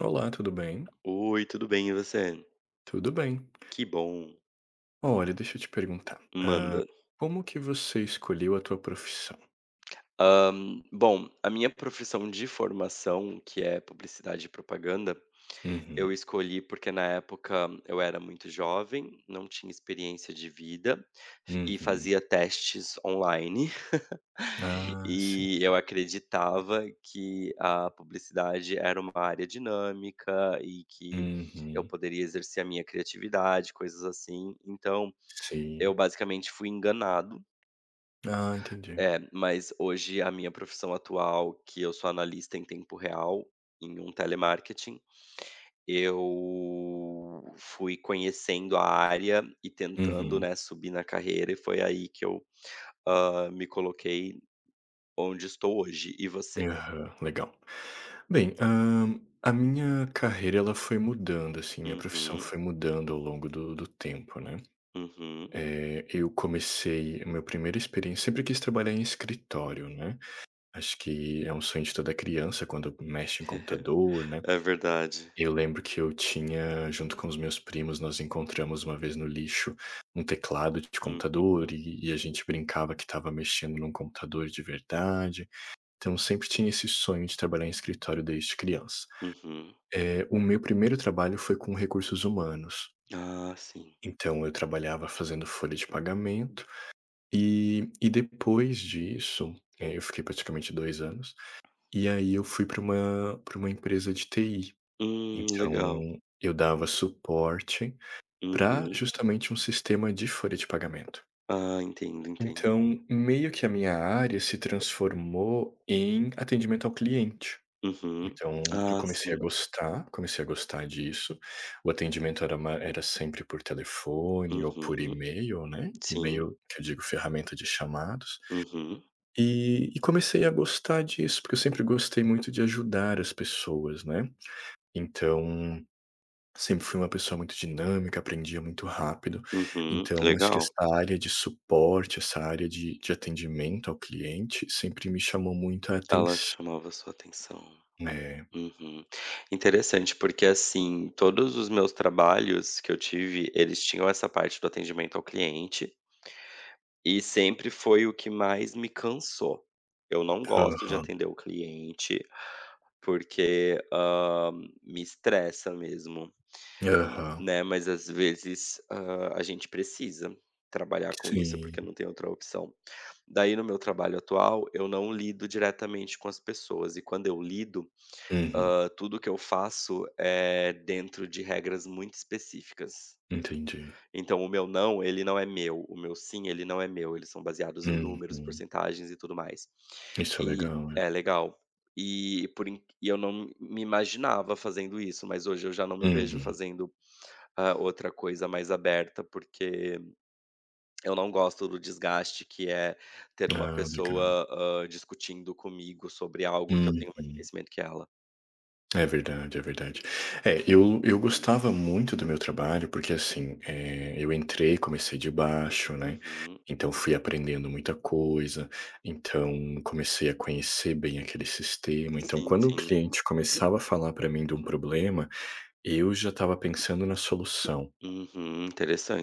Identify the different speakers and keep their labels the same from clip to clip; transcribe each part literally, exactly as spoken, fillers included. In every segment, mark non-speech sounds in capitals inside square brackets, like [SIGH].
Speaker 1: Olá, tudo bem?
Speaker 2: Oi, tudo bem, e você?
Speaker 1: Tudo bem.
Speaker 2: Que bom,
Speaker 1: Olha, deixa eu te perguntar, hã,
Speaker 2: manda.
Speaker 1: como que você escolheu a tua profissão?
Speaker 2: Hã, bom, a minha profissão de formação, que é publicidade e propaganda, eu
Speaker 1: Uhum,
Speaker 2: escolhi porque na época eu era muito jovem, não tinha experiência de vida e
Speaker 1: uhum.
Speaker 2: fazia testes online, [LAUGHS]
Speaker 1: Ah, sim.
Speaker 2: e eu acreditava que a publicidade era uma área dinâmica e que eu
Speaker 1: Uhum,
Speaker 2: poderia exercer a minha criatividade, coisas assim. Então eu
Speaker 1: sim.
Speaker 2: basicamente fui enganado.
Speaker 1: Ah, entendi.
Speaker 2: É, mas hoje a minha profissão atual, que eu sou analista em tempo real, em um telemarketing, eu fui conhecendo a área e tentando,
Speaker 1: Uhum.
Speaker 2: né, subir na carreira, e foi aí que eu, hã, me coloquei onde estou hoje. E você?
Speaker 1: Aham, legal. Bem, hã, a minha carreira ela foi mudando, assim, minha profissão
Speaker 2: Uhum,
Speaker 1: foi mudando ao longo do do tempo, né.
Speaker 2: uhum.
Speaker 1: Eh, eu comecei a minha primeira experiên sempre quis trabalhar em escritório, né. Acho que é um sonho de toda criança quando mexe em computador, né.
Speaker 2: [LAUGHS] É verdade.
Speaker 1: Eu lembro que eu tinha, junto com os meus primos, nós encontramos uma vez no lixo um teclado de
Speaker 2: Uhum,
Speaker 1: computador e e a gente brincava que estava mexendo num computador de verdade. Então sempre tinha esse sonho de trabalhar em escritório desde criança.
Speaker 2: uhum.
Speaker 1: Eh, o meu primeiro trabalho foi com recursos humanos,
Speaker 2: Ah, sim.
Speaker 1: então eu trabalhava fazendo folha de pagamento e e depois disso, eh, eu fiquei praticamente dois anos. E aí eu fui para uma para uma empresa de T I,
Speaker 2: Hum,
Speaker 1: então
Speaker 2: legal.
Speaker 1: eu dava suporte para
Speaker 2: Uhum.
Speaker 1: justamente um sistema de folha de pagamento.
Speaker 2: Ah, entendo, entendo.
Speaker 1: Então, meio que a minha área se transformou em atendimento ao cliente.
Speaker 2: Uhum.
Speaker 1: Então eu
Speaker 2: Ah,
Speaker 1: comecei a
Speaker 2: sim.
Speaker 1: gostar, comecei a gostar disso, o atendimento era ma era sempre por telefone ou por
Speaker 2: Uhum.
Speaker 1: e-mail, né,
Speaker 2: Sim.
Speaker 1: e-mail que eu digo ferramenta de chamados,
Speaker 2: Uhum.
Speaker 1: e e comecei a gostar disso, porque eu sempre gostei muito de ajudar as pessoas, né. Então, sempre fui uma pessoa muito dinâmica, aprendia muito rápido.
Speaker 2: Uhum,
Speaker 1: Então, acho que
Speaker 2: legal.
Speaker 1: essa área de suporte, essa área de de atendimento ao cliente sempre me chamou muita
Speaker 2: Ela
Speaker 1: atenção.
Speaker 2: chamava sua atenção.
Speaker 1: É.
Speaker 2: Uhum. Interessante, porque assim, todos os meus trabalhos que eu tive, eles tinham essa parte do atendimento ao cliente, e sempre foi o que mais me cansou. Eu não gosto de
Speaker 1: Aham.
Speaker 2: atender o cliente, porque, hã, me estressa mesmo. Hum,
Speaker 1: Aham.
Speaker 2: né, mas às vezes, hã, a gente precisa trabalhar com isso,
Speaker 1: Sim.
Speaker 2: porque não tem outra opção. Daí no meu trabalho atual, eu não lido diretamente com as pessoas e quando eu lido,
Speaker 1: Uhum.
Speaker 2: hã, tudo que eu faço é dentro de regras muito específicas.
Speaker 1: Entendi.
Speaker 2: Então o meu "não", ele não é meu, o meu "sim", ele não é meu, eles são baseados em números,
Speaker 1: Uhum.
Speaker 2: porcentagens e tudo mais.
Speaker 1: Isso é
Speaker 2: E
Speaker 1: legal, é.
Speaker 2: é legal. E por in e eu não me imaginava fazendo isso, mas hoje eu já não me vejo
Speaker 1: Uhum.
Speaker 2: fazendo ah, outra coisa mais aberta, porque eu não gosto do desgaste que é ter uma
Speaker 1: Ah, legal.
Speaker 2: pessoa, hã, discutindo comigo sobre algo que eu tenho mais
Speaker 1: Uhum.
Speaker 2: conhecimento que ela.
Speaker 1: É verdade, é verdade. É, eu eu gostava muito do meu trabalho, porque assim, eh, eu entrei, comecei de baixo, né,
Speaker 2: Uhum.
Speaker 1: então fui aprendendo muita coisa, então comecei a conhecer bem aquele sistema, então
Speaker 2: Sim,
Speaker 1: quando o
Speaker 2: sim.
Speaker 1: cliente começava a falar para mim de um problema, eu já estava pensando na solução,
Speaker 2: Uhum,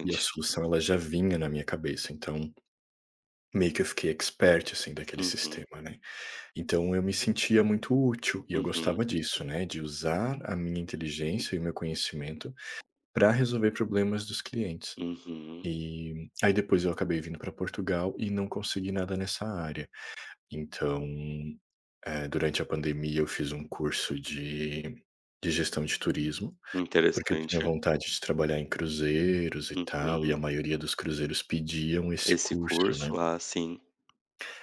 Speaker 1: e a solução ela já vinha na minha cabeça, então meio que eu fiquei expert, assim, daquele
Speaker 2: Uhum,
Speaker 1: sistema, né. Então eu me sentia muito útil e eu
Speaker 2: uhum,
Speaker 1: gostava disso, né, de usar a minha inteligência e o meu conhecimento para resolver problemas dos clientes.
Speaker 2: uhum.
Speaker 1: E aí depois eu acabei vindo para Portugal e não consegui nada nessa área. Então, eh, durante a pandemia eu fiz um curso de de gestão de turismo, porque eu tinha
Speaker 2: Interessante.
Speaker 1: vontade de trabalhar em cruzeiros e tal, e a
Speaker 2: Uhum.
Speaker 1: maioria dos cruzeiros pediam esse
Speaker 2: Esse
Speaker 1: curso, né.
Speaker 2: curso? Ah, sim.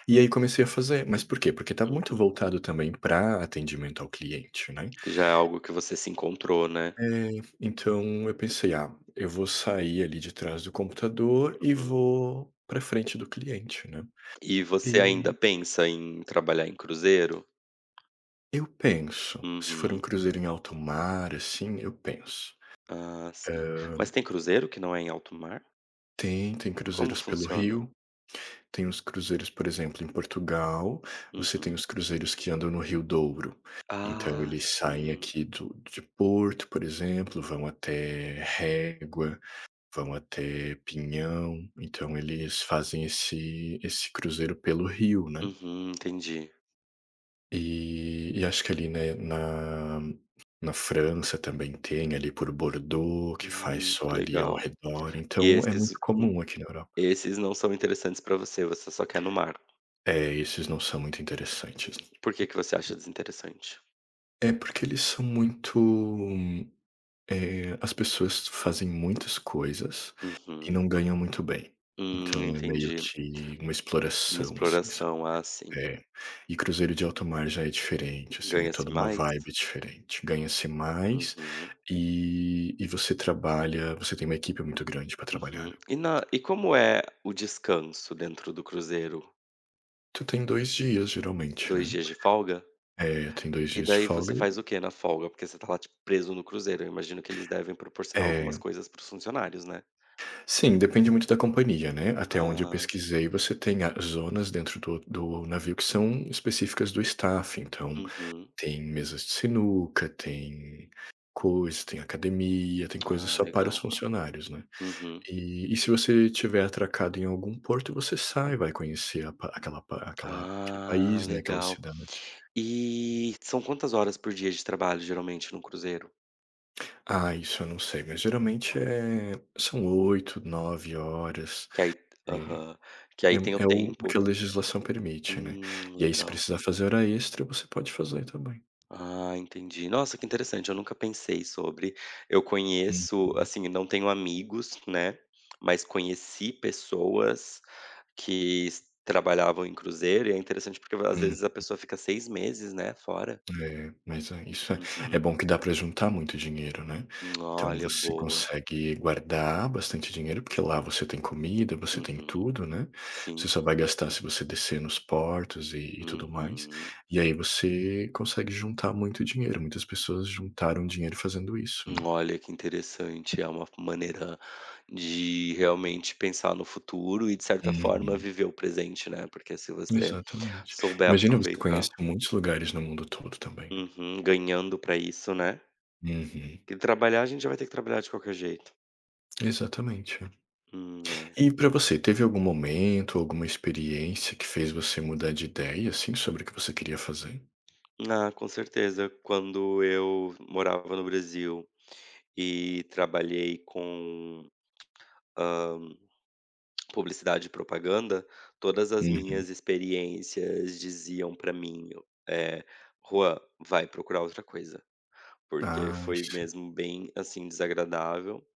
Speaker 1: E aí comecei a fazer. Mas por quê? Porque tá muito
Speaker 2: Uhum.
Speaker 1: voltado também para atendimento ao cliente, né.
Speaker 2: Já é algo que você se encontrou, né.
Speaker 1: Eh, então eu pensei: "Ah, eu vou sair ali de trás do computador e
Speaker 2: Uhum.
Speaker 1: vou para frente do cliente, né".
Speaker 2: E você ainda
Speaker 1: E
Speaker 2: pensa em trabalhar em cruzeiro?
Speaker 1: eu penso, se for um
Speaker 2: Uhum.
Speaker 1: cruzeiro em alto mar, assim, eu penso,
Speaker 2: Ah, sim.
Speaker 1: hã,
Speaker 2: Mas tem cruzeiro que não é em alto mar?
Speaker 1: tem tem
Speaker 2: Como
Speaker 1: cruzeiros pelo
Speaker 2: funciona?
Speaker 1: rio. Tem os cruzeiros, por exemplo, em Portugal, você tem
Speaker 2: Uhum.
Speaker 1: os cruzeiros que andam no Rio Douro. Então
Speaker 2: Ah,
Speaker 1: eles saem
Speaker 2: sim.
Speaker 1: aqui do de Porto, por exemplo, vão até Régua, vão até Pinhão, então eles fazem esse esse cruzeiro pelo rio, né.
Speaker 2: Uhum, entendi.
Speaker 1: E e acho que ali, né, na na França também tem, ali por Bordeaux, que faz
Speaker 2: Hum,
Speaker 1: só
Speaker 2: que
Speaker 1: ali ao
Speaker 2: legal.
Speaker 1: redor,
Speaker 2: E
Speaker 1: então é
Speaker 2: esses
Speaker 1: muito comum aqui na Europa.
Speaker 2: esses não são interessantes pra você, você só quer no mar.
Speaker 1: É, esses não são muito interessantes.
Speaker 2: Por que que você acha desinteressante?
Speaker 1: É porque eles são muito, eh, as pessoas fazem muitas coisas e
Speaker 2: Uhum.
Speaker 1: não ganham muito bem.
Speaker 2: Hum,
Speaker 1: Então é meio
Speaker 2: entendi.
Speaker 1: que uma
Speaker 2: Uma
Speaker 1: exploração, assim, sabe.
Speaker 2: exploração, ah, sim.
Speaker 1: É. E cruzeiro de alto mar já é diferente, assim, é toda
Speaker 2: Ganha-se
Speaker 1: uma
Speaker 2: mais?
Speaker 1: vibe diferente. Ganha-se mais
Speaker 2: Uhum,
Speaker 1: e e você trabalha, você tem uma equipe muito grande para trabalhar, né.
Speaker 2: uhum. E na e como é o descanso dentro do cruzeiro?
Speaker 1: Tu tem dois dias geralmente,
Speaker 2: Dois
Speaker 1: né.
Speaker 2: dias de folga?
Speaker 1: É, tem dois
Speaker 2: E
Speaker 1: dias de
Speaker 2: daí
Speaker 1: folga.
Speaker 2: você faz o quê na folga? Porque você tá lá, tipo, preso no cruzeiro. Eu imagino que eles devem proporcionar algumas
Speaker 1: É.
Speaker 2: coisas para os funcionários, né?
Speaker 1: Sim, depende muito da companhia, né. Até onde eu
Speaker 2: Ah, sim.
Speaker 1: pesquisei, você tem a zonas dentro do do navio que são específicas do staff, então
Speaker 2: Uhum.
Speaker 1: tem mesas de sinuca, tem coisas, tem academia, tem coisas
Speaker 2: Ah,
Speaker 1: só para os
Speaker 2: legal.
Speaker 1: funcionários, né.
Speaker 2: Uhum.
Speaker 1: E e se você tiver atracado em algum porto, você sai, vai conhecer a pa aquela pa aquela aquele
Speaker 2: Ah,
Speaker 1: país, né, aquela
Speaker 2: legal.
Speaker 1: cidade.
Speaker 2: E são quantas horas por dia de trabalho, geralmente, num cruzeiro?
Speaker 1: Ah, isso eu não sei, mas geralmente, é, são oito nove horas,
Speaker 2: Que aí
Speaker 1: eh,
Speaker 2: aham. Que aí tem o
Speaker 1: é é o o
Speaker 2: tempo.
Speaker 1: que a legislação permite, né.
Speaker 2: Hum,
Speaker 1: E aí se
Speaker 2: legal.
Speaker 1: precisar fazer hora extra, você pode fazer também.
Speaker 2: Ah, entendi. Nossa, que interessante, eu nunca pensei sobre. Eu conheço,
Speaker 1: Uhum.
Speaker 2: assim, não tenho amigos, né, mas conheci pessoas que s trabalhavam em cruzeiro e é interessante porque às
Speaker 1: Hum,
Speaker 2: vezes a pessoa fica seis meses, né, fora.
Speaker 1: é, mas é isso é é
Speaker 2: Uhum.
Speaker 1: bom que dá para juntar muito dinheiro, né.
Speaker 2: Hum,
Speaker 1: Então
Speaker 2: olha,
Speaker 1: você
Speaker 2: boa.
Speaker 1: consegue guardar bastante dinheiro, porque lá você tem comida, você tem
Speaker 2: Uhum.
Speaker 1: tudo, né. Você
Speaker 2: Sim.
Speaker 1: só vai gastar se você descer nos portos e e tudo mais.
Speaker 2: Uhum.
Speaker 1: E aí você consegue juntar muito dinheiro, muitas pessoas juntaram dinheiro fazendo isso,
Speaker 2: Hum,
Speaker 1: né.
Speaker 2: olha, que interessante, é uma maneira de realmente pensar no futuro e, de certa forma,
Speaker 1: Uhum.
Speaker 2: viver o presente, né, porque se você
Speaker 1: Exatamente.
Speaker 2: souber
Speaker 1: Imagina, você conhece
Speaker 2: aproveitar.
Speaker 1: muitos lugares no mundo todo também, né.
Speaker 2: Uhum, ganhando pra isso, né.
Speaker 1: Uhum.
Speaker 2: Que trabalhar a gente já vai ter que trabalhar de qualquer jeito.
Speaker 1: Exatamente.
Speaker 2: Hum, é.
Speaker 1: E pra você, teve algum momento, alguma experiência que fez você mudar de ideia, assim, sobre o que você queria fazer?
Speaker 2: Ah, com certeza. Quando eu morava no Brasil e trabalhei com publicidade e propaganda, todas as
Speaker 1: Uhum.
Speaker 2: minhas experiências diziam pra mim, eh: "Juan, vai procurar outra coisa", porque
Speaker 1: Ai,
Speaker 2: foi
Speaker 1: sim.
Speaker 2: mesmo bem, assim, desagradável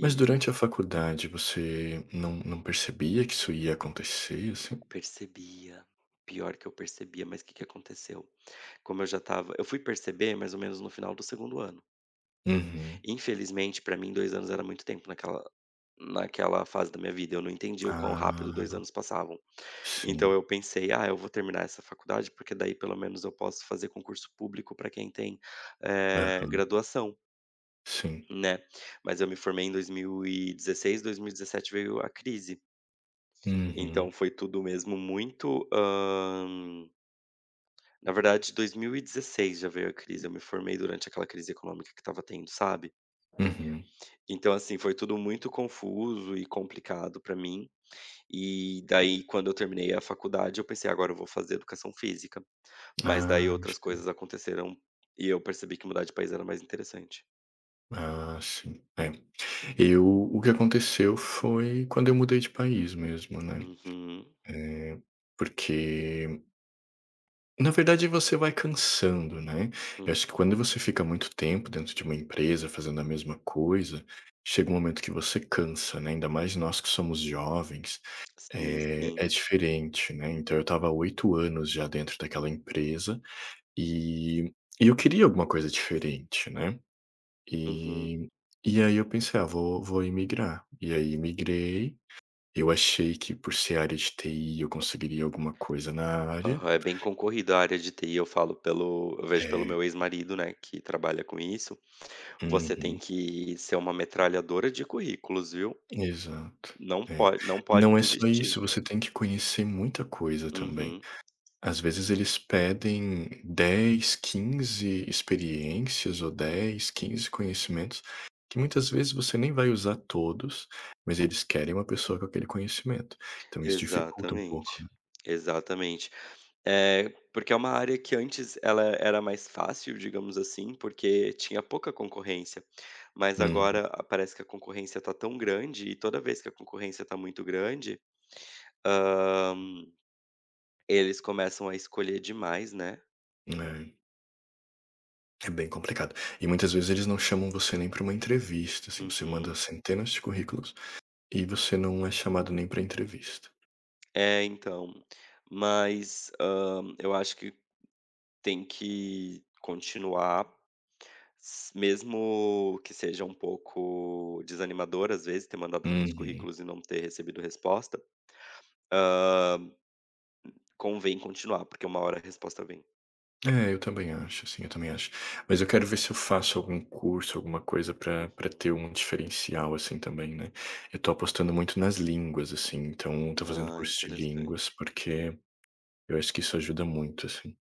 Speaker 1: Mas durante a faculdade você não não percebia que isso ia acontecer, assim?
Speaker 2: percebia. Pior que eu percebia, mas o que que aconteceu? Como eu já estava eu fui perceber mais ou menos no final do segundo ano.
Speaker 1: Uhum.
Speaker 2: Infelizmente, pra mim dois anos era muito tempo naquela naquela fase da minha vida, eu não entendi o quão rápido
Speaker 1: Ah,
Speaker 2: dois anos passavam. Então
Speaker 1: sim.
Speaker 2: eu pensei: "Ah, eu vou terminar essa faculdade, porque daí pelo menos eu posso fazer concurso público pra quem tem, eh,
Speaker 1: Aham.
Speaker 2: graduação",
Speaker 1: Sim.
Speaker 2: né. Mas eu me formei em dois dois mil mil e dezesseis, dois mil e dezessete veio a crise, então
Speaker 1: Uhum.
Speaker 2: foi tudo mesmo muito. Na verdade, dois mil e dezesseis já veio a crise, eu me formei durante aquela crise econômica que estava tendo, sabe.
Speaker 1: Uhum.
Speaker 2: Então, assim, foi tudo muito confuso e complicado pra mim, e daí quando eu terminei a faculdade eu pensei: "Agora eu vou fazer educação física", mas daí
Speaker 1: Ah.
Speaker 2: outras coisas aconteceram e eu percebi que mudar de país era mais interessante.
Speaker 1: Ah, sim. É. Eu, o que aconteceu foi quando eu mudei de país mesmo, né,
Speaker 2: Uhum.
Speaker 1: eh, porque na verdade você vai cansando, né.
Speaker 2: Hum.
Speaker 1: Eu acho que quando você fica muito tempo dentro de uma empresa fazendo a mesma coisa, chega um momento que você cansa, né, ainda mais nós que somos jovens,
Speaker 2: Sim,
Speaker 1: é
Speaker 2: sim.
Speaker 1: é diferente, né. Então eu estava há oito anos já dentro daquela empresa, e e eu queria alguma coisa diferente, né.
Speaker 2: Uhum.
Speaker 1: E e aí eu pensei: "Ah, vou vou imigrar". E aí migrei, eu achei que por ser área de T I eu conseguiria alguma coisa na área.
Speaker 2: Aham, é bem concorrido a área de T I, eu falo pelo eu vejo pelo
Speaker 1: É.
Speaker 2: meu ex-marido, né, que trabalha com isso. Você tem
Speaker 1: Uhum.
Speaker 2: que ser uma metralhadora de currículos, viu.
Speaker 1: Exato.
Speaker 2: Não
Speaker 1: É.
Speaker 2: pode não
Speaker 1: E
Speaker 2: pode
Speaker 1: não é só
Speaker 2: desistir.
Speaker 1: isso, você tem que conhecer muita coisa também.
Speaker 2: Uhum.
Speaker 1: Às vezes eles pedem dez, quinze experiências ou dez, quinze conhecimentos, que muitas vezes você nem vai usar todos, mas eles querem uma pessoa com aquele conhecimento. Então isso dificulta um pouco,
Speaker 2: Exatamente,
Speaker 1: né.
Speaker 2: exatamente. Eh, porque é uma área que antes ela era mais fácil, digamos assim, porque tinha pouca concorrência, mas
Speaker 1: Uhum.
Speaker 2: agora a parece que a concorrência tá tão grande e toda vez que a concorrência tá muito grande, hã, eles começam a escolher demais, né.
Speaker 1: É, é bem complicado. E muitas vezes eles não chamam você nem para uma entrevista, assim, você manda
Speaker 2: Uhum.
Speaker 1: centenas de currículos e você não é chamado nem para entrevista.
Speaker 2: É, então. Mas, hã, eu acho que tem que continuar, s mesmo que seja um pouco desanimador, às vezes, ter mandado tantos
Speaker 1: Uhum.
Speaker 2: currículos e não ter recebido resposta, hã, convém continuar, porque uma hora a resposta vem.
Speaker 1: É, eu também acho, assim, eu também acho. Mas eu quero ver se eu faço algum curso, alguma coisa para para
Speaker 2: Uhum.
Speaker 1: ter um diferencial, assim, também, né. Eu tô apostando muito nas línguas, assim, então tô fazendo
Speaker 2: Ah,
Speaker 1: curso de línguas,
Speaker 2: interessante.
Speaker 1: porque eu acho que isso ajuda muito, assim.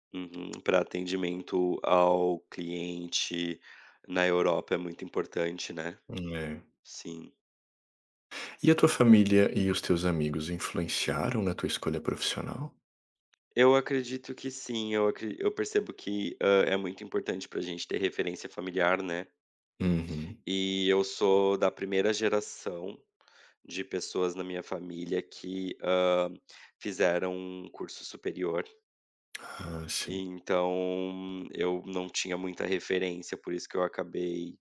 Speaker 2: Para atendimento ao cliente na Europa é muito importante, né.
Speaker 1: É.
Speaker 2: Sim.
Speaker 1: E a tua família e os teus amigos influenciaram na tua escolha profissional?
Speaker 2: Eu acredito que sim, eu acre eu percebo que, hã, é muito importante para a gente ter referência familiar, né.
Speaker 1: Uhum.
Speaker 2: E eu sou da primeira geração de pessoas na minha família que, hã, fizeram um curso superior,
Speaker 1: Ah,
Speaker 2: e
Speaker 1: sim.
Speaker 2: então eu não tinha muita referência, por isso que eu acabei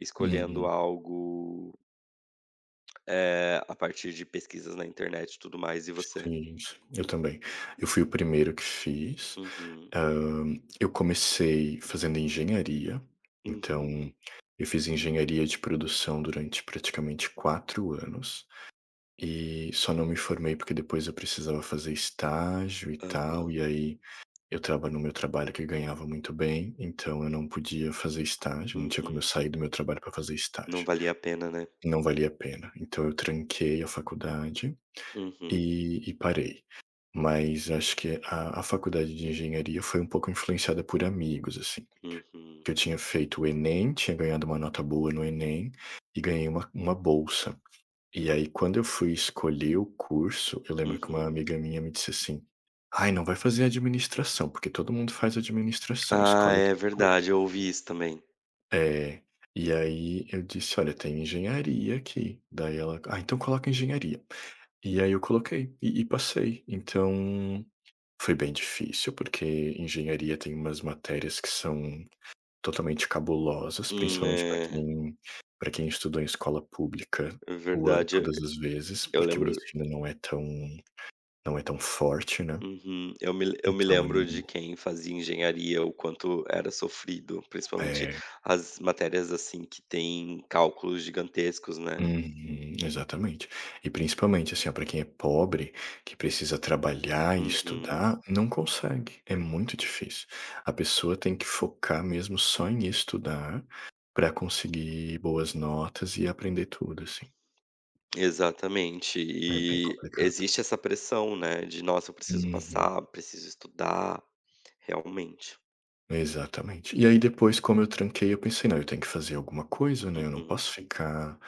Speaker 2: escolhendo
Speaker 1: Uhum.
Speaker 2: algo, eh, a partir de pesquisas na internet e tudo mais. E você?
Speaker 1: Sim, sim. Eu também. Eu fui o primeiro que fiz.
Speaker 2: Uhum,
Speaker 1: Hã, eu comecei fazendo engenharia, então
Speaker 2: uhum,
Speaker 1: eu fiz engenharia de produção durante praticamente quatro anos e só não me formei porque depois eu precisava fazer estágio e tal, e
Speaker 2: aham,
Speaker 1: aí eu estava no meu trabalho que ganhava muito bem, então eu não podia fazer estágio, não tinha como eu
Speaker 2: uhum.
Speaker 1: sair do meu trabalho para fazer
Speaker 2: Não
Speaker 1: estágio.
Speaker 2: valia a pena, né?
Speaker 1: Não valia a pena. Então eu tranquei a faculdade,
Speaker 2: Uhum,
Speaker 1: E e parei. Mas acho que a a faculdade de engenharia foi um pouco influenciada por amigos, assim,
Speaker 2: uhum,
Speaker 1: que eu tinha feito o Enem, tinha ganhado uma nota boa no Enem e ganhei uma uma bolsa. E aí quando eu fui escolher o curso, eu lembro que uma
Speaker 2: uhum.
Speaker 1: amiga minha me disse assim: "Ai, não vai fazer administração, porque todo mundo faz administração,
Speaker 2: Ah,
Speaker 1: escolhe
Speaker 2: é
Speaker 1: outra coisa".
Speaker 2: verdade, eu ouvi isso também.
Speaker 1: É. E aí eu disse: "Olha, tem engenharia aqui". Daí ela: "Ah, então coloca engenharia". E aí eu coloquei e e passei. Então foi bem difícil, porque engenharia tem umas matérias que são totalmente cabulosas,
Speaker 2: Hum,
Speaker 1: principalmente para
Speaker 2: é.
Speaker 1: quem para quem estudou em escola pública, o an
Speaker 2: Verdade,
Speaker 1: todas as vezes,
Speaker 2: eu
Speaker 1: porque o
Speaker 2: lembro.
Speaker 1: ensino não é tão não é tão forte, né.
Speaker 2: Uhum, eu me eu me
Speaker 1: Então eu
Speaker 2: lembro de quem fazia engenharia, o quanto era sofrido, principalmente
Speaker 1: é.
Speaker 2: as matérias, assim, que têm cálculos gigantescos, né.
Speaker 1: Uhum, exatamente. E principalmente, assim, para quem é pobre, que precisa trabalhar e
Speaker 2: Uhum,
Speaker 1: estudar, não consegue, é muito difícil. A pessoa tem que focar mesmo só em estudar para conseguir boas notas e aprender tudo, assim.
Speaker 2: exatamente.
Speaker 1: É bem
Speaker 2: E
Speaker 1: complicado.
Speaker 2: existe essa pressão, né, de: "Nossa, eu preciso
Speaker 1: Uhum,
Speaker 2: passar, preciso estudar", realmente.
Speaker 1: exatamente. E aí depois, como eu tranquei, eu pensei: "Não, eu tenho que fazer alguma coisa, né, eu não
Speaker 2: Uhum,
Speaker 1: posso ficar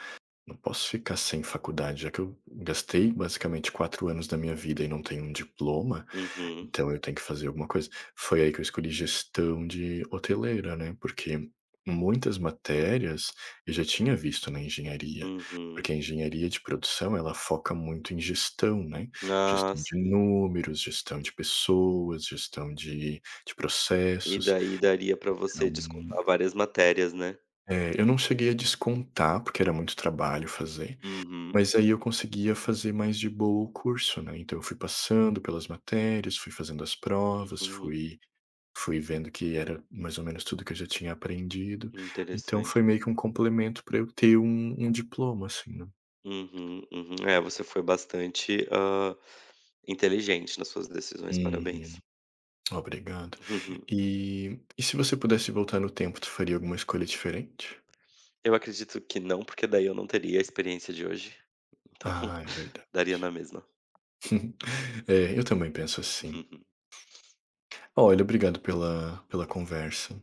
Speaker 1: não posso ficar sem faculdade, já que eu gastei basicamente quatro anos da minha vida e não tenho um diploma.
Speaker 2: uhum,
Speaker 1: Então eu tenho que fazer alguma coisa". Foi aí que eu escolhi gestão de hoteleira, né, porque muitas matérias eu já tinha visto na engenharia,
Speaker 2: uhum.
Speaker 1: porque a engenharia de produção ela foca muito em gestão, né,
Speaker 2: Ah,
Speaker 1: gestão de
Speaker 2: sim.
Speaker 1: números, gestão de pessoas, gestão de de
Speaker 2: E
Speaker 1: processos.
Speaker 2: daí daria para
Speaker 1: Então,
Speaker 2: você descontar várias matérias, né.
Speaker 1: eh, eu não cheguei a descontar, porque era muito trabalho fazer,
Speaker 2: Uhum,
Speaker 1: mas aí eu conseguia fazer mais de boa o curso, né, então eu fui passando pelas matérias, fui fazendo as provas,
Speaker 2: uhum,
Speaker 1: fui fui vendo que era mais ou menos tudo que eu já tinha aprendido, então
Speaker 2: interessante.
Speaker 1: foi meio que um complemento para eu ter um um diploma, assim, né.
Speaker 2: Uhum, uhum. É, você foi bastante, hã, inteligente nas suas decisões,
Speaker 1: Uhum.
Speaker 2: parabéns.
Speaker 1: Obrigado.
Speaker 2: Uhum.
Speaker 1: E e se você pudesse voltar no tempo, tu faria alguma escolha diferente?
Speaker 2: Eu acredito que não, porque daí eu não teria a experiência de hoje, então
Speaker 1: Ah, é
Speaker 2: [LAUGHS]
Speaker 1: verdade.
Speaker 2: daria na mesma.
Speaker 1: [LAUGHS] É, eu também penso assim.
Speaker 2: [LAUGHS]
Speaker 1: Olha, obrigado pela pela conversa.